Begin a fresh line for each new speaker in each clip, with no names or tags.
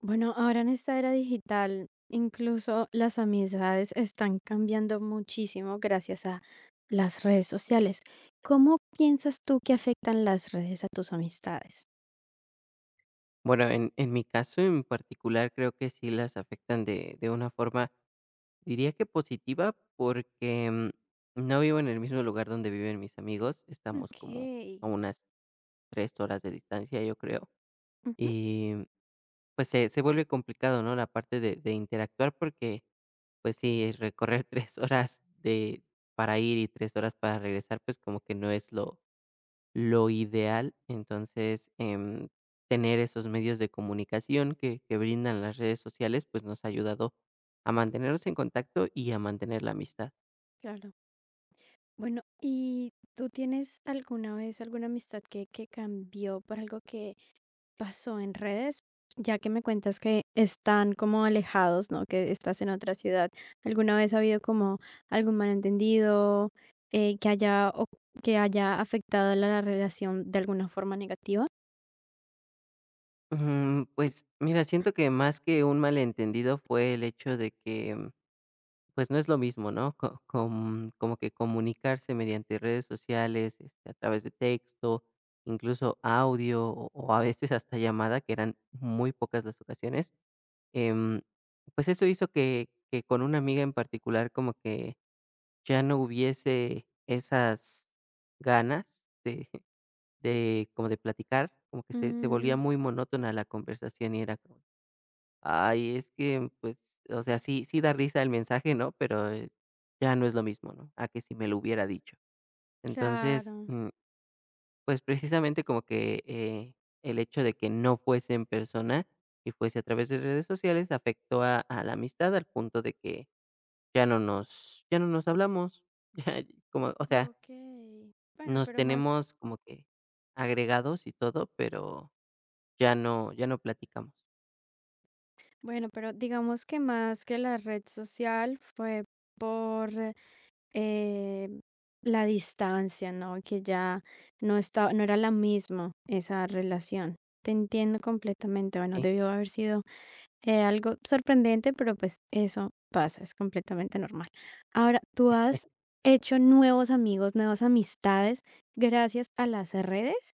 Bueno, ahora en esta era digital, incluso las amistades están cambiando muchísimo gracias a las redes sociales. ¿Cómo piensas tú que afectan las redes a tus amistades?
Bueno, en mi caso en particular creo que sí las afectan de una forma, diría que positiva, porque no vivo en el mismo lugar donde viven mis amigos, estamos
Ok,
como a unas 3 horas de distancia, yo creo,
ujú,
y pues se vuelve complicado, ¿no? La parte de interactuar porque, pues sí, recorrer 3 horas de, para ir y 3 horas para regresar, pues como que no es lo ideal, entonces, tener esos medios de comunicación que brindan las redes sociales, pues, nos ha ayudado a mantenernos en contacto y a mantener la amistad.
claro. Bueno, ¿y tú tienes alguna vez alguna amistad que cambió por algo pasó en redes? Ya que me cuentas que están como alejados, ¿no? Que estás en otra ciudad. ¿Alguna vez ha habido como algún malentendido eh, que haya o que haya afectado la relación de alguna forma negativa?
Pues, mira, siento que más que un malentendido fue el hecho de que, pues, no es lo mismo, ¿no? Co com como que comunicarse mediante redes sociales, este, a través de texto, incluso audio, o a veces hasta llamada, que eran muy pocas las ocasiones. Em, pues eso hizo que con una amiga en particular como que ya no hubiese esas ganas de de como de platicar, como que se volvía
Mm,
muy monótona la conversación y era como, ay, es que, pues, o sea, sí da risa el mensaje, ¿no? Pero ya no es lo mismo, ¿no? A que si me lo hubiera dicho. Entonces,
claro.
pues, precisamente como que, el hecho de que no fuese en persona y fuese a través de redes sociales afectó a la amistad al punto de que ya no nos hablamos, ya como, o sea,
Ok. Bueno,
nos
pero más,
tenemos como que agregados y todo, pero ya no ya no platicamos.
bueno, pero digamos que más que la red social fue eh, la distancia, ¿no? Que ya no estaba, no era la misma esa relación. Te entiendo completamente. Bueno,
Sí.
debió haber sido algo sorprendente, pero pues eso pasa, es completamente normal. Ahora, ¿tú has hecho nuevos amigos, nuevas amistades gracias a las redes?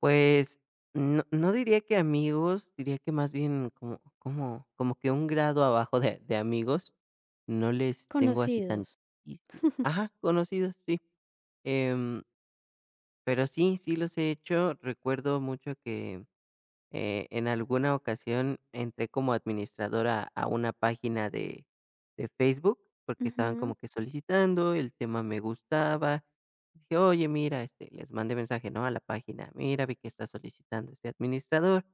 Pues, no diría que amigos, diría que más bien como que un grado abajo de amigos, no les tengo así
Conocidos.
tantísi ajá, conocidos, sí. Em, pero sí, sí los he hecho. Recuerdo mucho que en alguna ocasión entré como administradora a una página de Facebook, porque estaban
Ujú,
como que solicitando, el tema me gustaba. Dije: "Oye, mira", este, les mandé mensaje, ¿no?, a la página: "Mira, vi que está solicitando este administrador.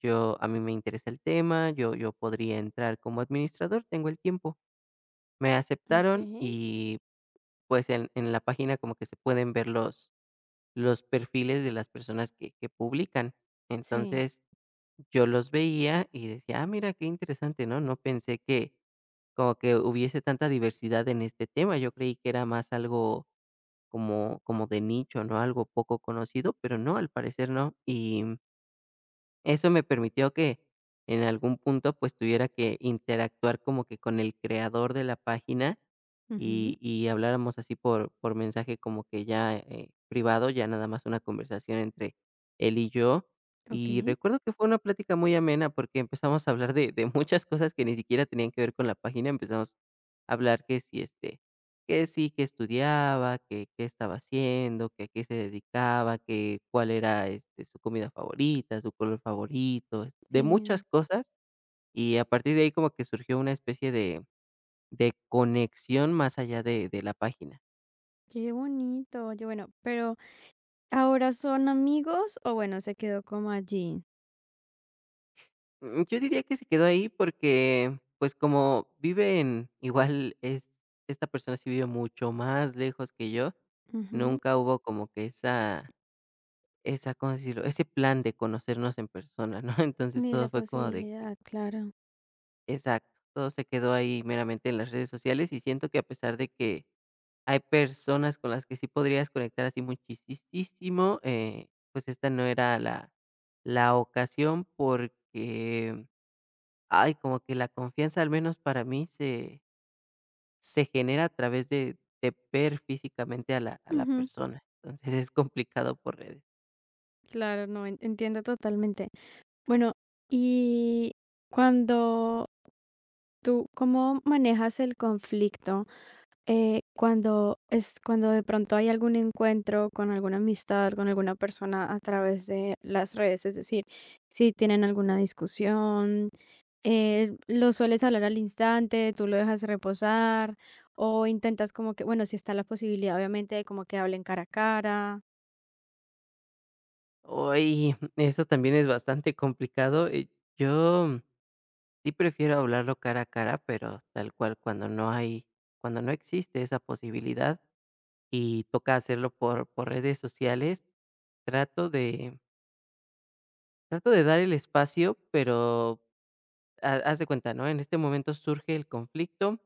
Yo a mí me interesa el tema, yo podría entrar como administrador, tengo el tiempo". Me aceptaron
okey,
y, pues, en la página como que se pueden ver los perfiles de las personas que publican.
sí,
Entonces, yo los veía y decía: "Ah, mira, qué interesante", ¿no? No pensé que como que hubiese tanta diversidad en este tema. Yo creí que era más algo como de nicho, ¿no? Algo poco conocido, pero no, al parecer no. Y eso me permitió que en algún punto, pues, tuviera que interactuar como que con el creador de la página
ujú,
y habláramos así por mensaje como que ya, privado, ya nada más una conversación entre él y yo. Y
okey,
recuerdo que fue una plática muy amena porque empezamos a hablar de muchas cosas que ni siquiera tenían que ver con la página. Empezamos a hablar que si, este, que sí, que estudiaba, que qué estaba haciendo, que a qué se dedicaba, que cuál era, este, su comida favorita, su color favorito, de muchas
genial,
cosas, y a partir de ahí como que surgió una especie de conexión más allá de la página.
qué bonito. Oye, bueno, pero, ¿ahora son amigos o bueno, se quedó como allí?
Mm, yo diría que se quedó ahí porque, pues, como vive en igual es esta persona sí vive mucho más lejos que yo,
Ujú,
nunca hubo como que esa, ¿cómo decirlo? Ese plan de conocernos en persona, ¿no? Entonces,
ni
todo
la
fue como de que
posibilidad, claro.
exacto, todo se quedó ahí meramente en las redes sociales, y siento que a pesar de que hay personas con las que sí podrías conectar así muchísimo pues esta no era la ocasión porque, ay, como que la confianza, al menos para mí, se genera a través de ver físicamente a la
Ujú,
persona. Entonces, es complicado por redes.
claro, no, en entiendo totalmente. Bueno, y cuando ¿tú cómo manejas el conflicto, cuando de pronto hay algún encuentro con alguna amistad, con alguna persona a través de las redes? Es decir, si tienen alguna discusión, ¿lo sueles hablar al instante, tú lo dejas reposar o intentas como que, bueno, si está la posibilidad, obviamente, de como que hablen cara a cara?
Uy, eso también es bastante complicado, yo sí prefiero hablarlo cara a cara, pero tal cual, cuando no existe esa posibilidad y toca hacerlo por redes sociales, trato de trato de dar el espacio, pero ha haz de cuenta, ¿no? En este momento surge el conflicto,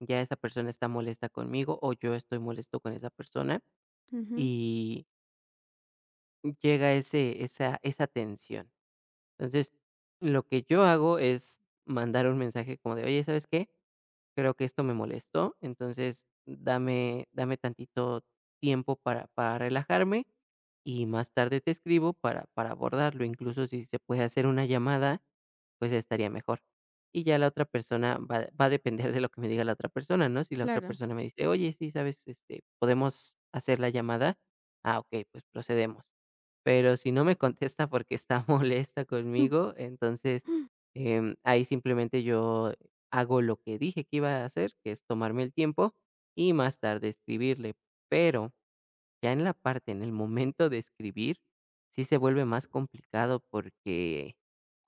ya esa persona está molesta conmigo o yo estoy molesto con esa persona
Ujú,
y llega ese esa esa tensión. Entonces, lo que yo hago es mandar un mensaje como de, oye, ¿sabes qué? Creo que esto me molestó, entonces dame tantito tiempo para relajarme y más tarde te escribo para abordarlo. Incluso si se puede hacer una llamada, pues estaría mejor. Y ya la otra persona va a depender de lo que me diga la otra persona, ¿no? Si la otra
claro.
persona me dice, oye, sí, sabes, este, podemos hacer la llamada. Ah, ok, pues procedemos. Pero si no me contesta porque está molesta conmigo, entonces, ahí simplemente yo hago lo que dije que iba a hacer, que es tomarme el tiempo y más tarde escribirle. Pero ya en la parte, en el momento de escribir, sí se vuelve más complicado porque,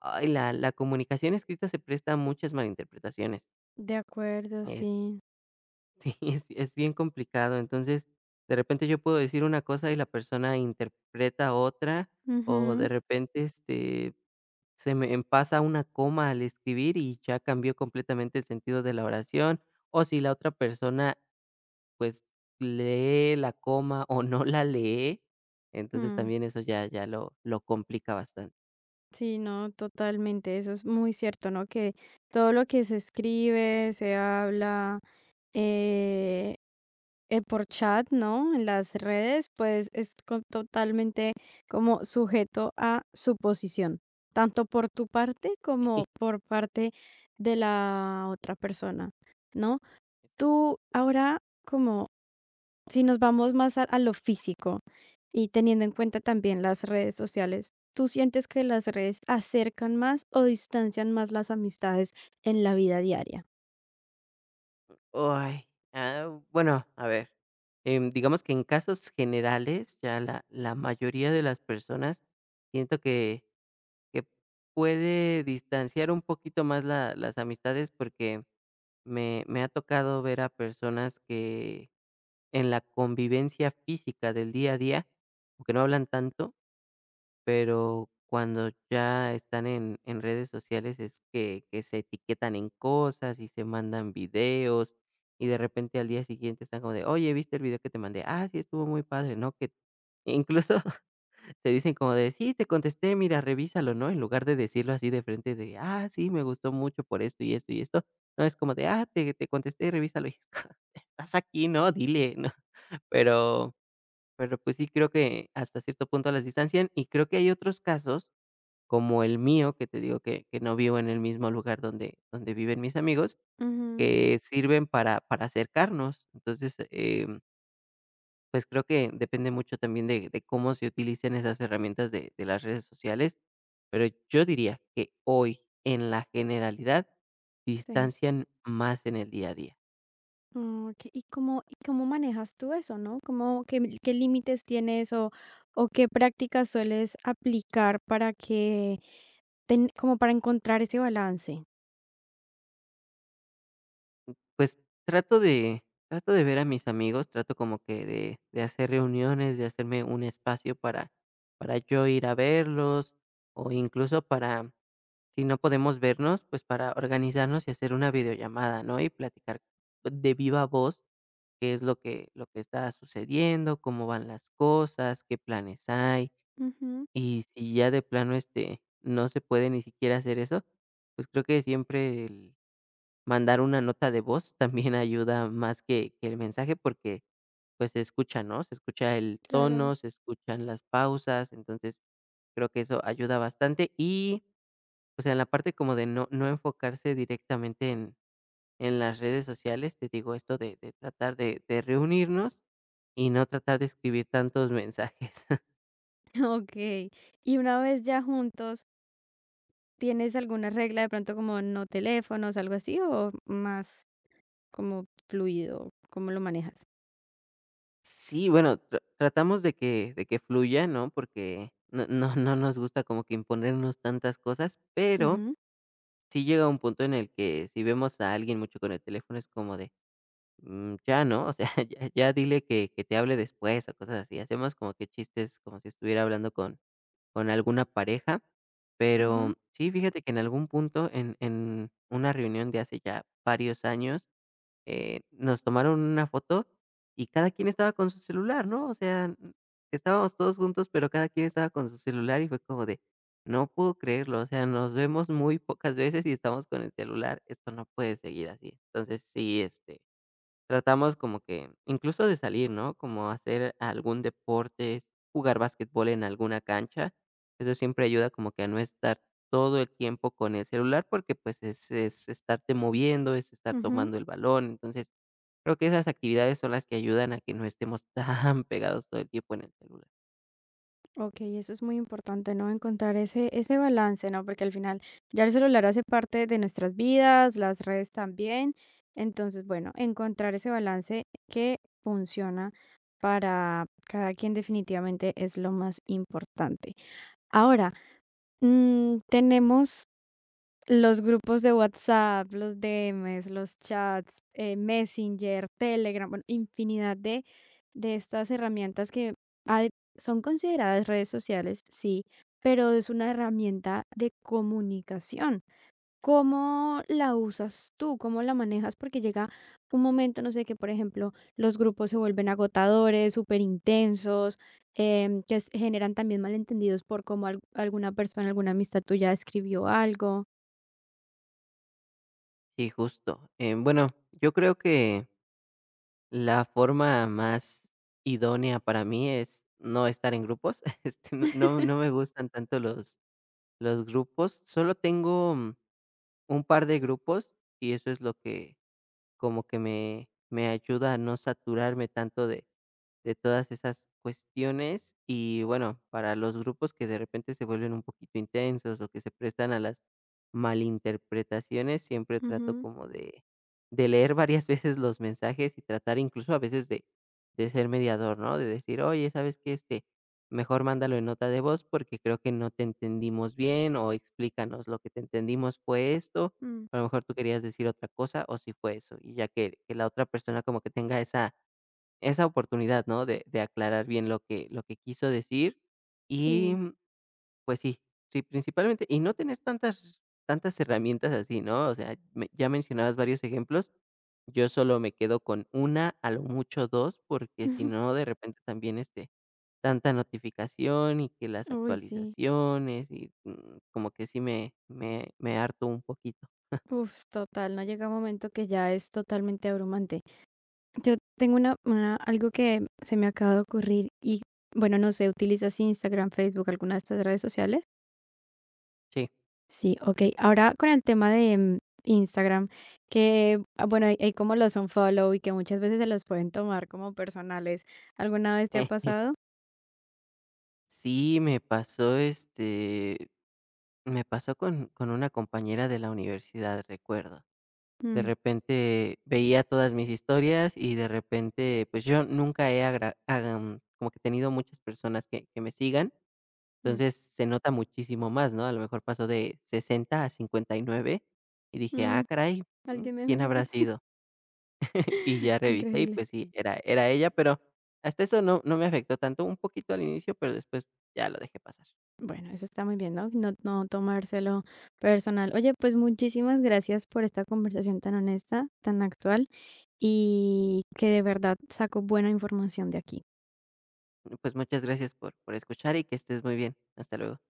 ay, la comunicación escrita se presta a muchas malinterpretaciones.
De acuerdo,
Es
sí.
Sí, es bien complicado. Entonces, de repente yo puedo decir una cosa y la persona interpreta otra, o de
Ujú,
repente, este, se me pasa una coma al escribir y ya cambió completamente el sentido de la oración, o si la otra persona, pues, lee la coma o no la lee, entonces
mm.
también eso ya lo complica bastante.
Sí, no, totalmente, eso es muy cierto, ¿no? Que todo lo que se escribe, se habla, eh, por chat, ¿no? En las redes, pues es totalmente como sujeto a suposición, tanto por tu parte como por parte de la otra persona, ¿no? Tú ahora como si nos vamos más a lo físico y teniendo en cuenta también las redes sociales, ¿tú sientes que las redes acercan más o distancian más las amistades en la vida diaria?
Ay, ah, bueno, a ver. Digamos que en casos generales, ya la mayoría de las personas siento que puede distanciar un poquito más la las amistades, porque me ha tocado ver a personas que en la convivencia física del día a día, como que no hablan tanto, pero cuando ya están en redes sociales es que se etiquetan en cosas y se mandan videos, y de repente al día siguiente están como de: "Oye, ¿viste el video que te mandé? Ah, sí, estuvo muy padre", ¿no? Que incluso se dicen como de: "Sí, te contesté, mira, revísalo", ¿no? En lugar de decirlo así de frente de: "Ah, sí, me gustó mucho por esto y esto y esto". No, es como de: "Ah, te contesté, revísalo". Y es como: "Estás aquí, ¿no? Dile", ¿no? Pero pero, pues, sí creo que hasta cierto punto las distancian, y creo que hay otros casos, como el mío, que te digo que no vivo en el mismo lugar donde viven mis amigos,
Ujú,
que sirven para acercarnos. Entonces, pues, creo que depende mucho también de cómo se utilicen esas herramientas de las redes sociales, pero yo diría que hoy, en la generalidad,
sí.
distancian más en el día a día.
Mm, ok. ¿Y cómo manejas tú eso, no? ¿Cómo, qué límites tienes o qué prácticas sueles aplicar para que como para encontrar ese balance.
Pues trato de ver a mis amigos, trato como que de hacer reuniones, de hacerme un espacio para yo ir a verlos, o incluso para, si no podemos vernos, pues para organizarnos y hacer una videollamada, ¿no? Y platicar de viva voz qué es lo que está sucediendo, cómo van las cosas, qué planes hay,
Ujú,
y si ya de plano, este, no se puede ni siquiera hacer eso, pues creo que siempre el mandar una nota de voz también ayuda más que el mensaje, porque, pues, se escucha, ¿no? Se escucha el
claro.
tono, se escuchan las pausas, entonces, creo que eso ayuda bastante. Y, o sea, en la parte como de no enfocarse directamente en las redes sociales, te digo esto de tratar de reunirnos y no tratar de escribir tantos mensajes.
Ok. Y una vez ya juntos, ¿tienes alguna regla de pronto como no teléfonos, algo así, o más como fluido? ¿Cómo lo manejas?
Sí, bueno, tratamos de que fluya, ¿no? Porque no nos gusta como que imponernos tantas cosas, pero
Ujú,
sí llega un punto en el que si vemos a alguien mucho con el teléfono es como de, mm, ya, ¿no? O sea, ya dile que te hable después o cosas así. Hacemos como que chistes como si estuviera hablando con alguna pareja,
ujú,
pero sí, fíjate que en algún punto en una reunión de hace ya varios años nos tomaron una foto y cada quien estaba con su celular, ¿no? O sea, estábamos todos juntos, pero cada quien estaba con su celular y fue como de, no puedo creerlo, o sea, nos vemos muy pocas veces y estamos con el celular, esto no puede seguir así. Entonces, sí, este, tratamos como que incluso de salir, ¿no? Como hacer algún deporte, jugar básquetbol en alguna cancha. Eso siempre ayuda como que a no estar todo el tiempo con el celular, porque, pues, es estarte moviendo, es estar
ujú.
tomando el balón. Entonces, creo que esas actividades son las que ayudan a que no estemos tan pegados todo el tiempo en el celular.
Ok, eso es muy importante, ¿no? Encontrar ese balance, ¿no? Porque al final ya el celular hace parte de nuestras vidas, las redes también. Entonces, bueno, encontrar ese balance que funciona para cada quien definitivamente es lo más importante. Ahora, tenemos los grupos de WhatsApp, los DMs, los chats, Messenger, Telegram, bueno, infinidad de estas herramientas que hay- son consideradas redes sociales, sí, pero es una herramienta de comunicación. ¿Cómo la usas tú? ¿Cómo la manejas? Porque llega un momento, no sé, que por ejemplo los grupos se vuelven agotadores, súper intensos, que generan también malentendidos por cómo alguna persona, alguna amistad tuya escribió algo.
Sí, justo. Bueno, yo creo que la forma más idónea para mí es no estar en grupos. Este, no me gustan tanto los grupos, solo tengo un par de grupos y eso es lo que como que me ayuda a no saturarme tanto de todas esas cuestiones. Y bueno, para los grupos que de repente se vuelven un poquito intensos o que se prestan a las malinterpretaciones, siempre trato
Ujú,
como de leer varias veces los mensajes y tratar incluso a veces de ser mediador, ¿no? De decir: "Oye, ¿sabes qué? Este, mejor mándalo en nota de voz porque creo que no te entendimos bien", o "Explícanos, lo que te entendimos fue esto",
mm,
a lo mejor tú querías decir otra cosa o si fue eso, y ya que la otra persona como que tenga esa oportunidad, ¿no?, de aclarar bien lo que quiso decir y,
sí.
pues sí, sí, principalmente y no tener tantas herramientas así, ¿no? O sea, me ya mencionabas varios ejemplos, yo solo me quedo con una a lo mucho 2 porque si no, de repente también, este, tanta notificación y que las
Uy, sí.
actualizaciones y, como que sí me harto un poquito.
Uf, total, no llega un momento que ya es totalmente abrumante. Yo tengo una, algo que se me acaba de ocurrir y bueno, no sé, ¿utilizas Instagram, Facebook, alguna de estas redes sociales?
Sí.
Sí, ok. Ahora con el tema de Instagram, que ah, bueno, hay como los unfollow y que muchas veces se los pueden tomar como personales. ¿Alguna vez te ha pasado?
Sí, me pasó, este, me pasó con una compañera de la universidad, recuerdo. De
Mm,
repente veía todas mis historias y de repente, pues, yo nunca he agra como que tenido muchas personas que me sigan,
mm,
entonces se nota muchísimo más, ¿no? A lo mejor pasó de 60 a 59 y nueve y dije:
mm,
"Ah, caray, mm,
alguien me dejó de
¿quién
seguir.
habrá sido?". Y ya revisé y,
Increíble.
pues sí, era ella, pero hasta eso no me afectó tanto, un poquito al inicio, pero después ya lo dejé pasar.
Bueno, eso está muy bien, ¿no? No, no tomárselo personal. Oye, pues muchísimas gracias por esta conversación tan honesta, tan actual y que de verdad saco buena información de aquí.
Pues muchas gracias por escuchar y que estés muy bien. Hasta luego.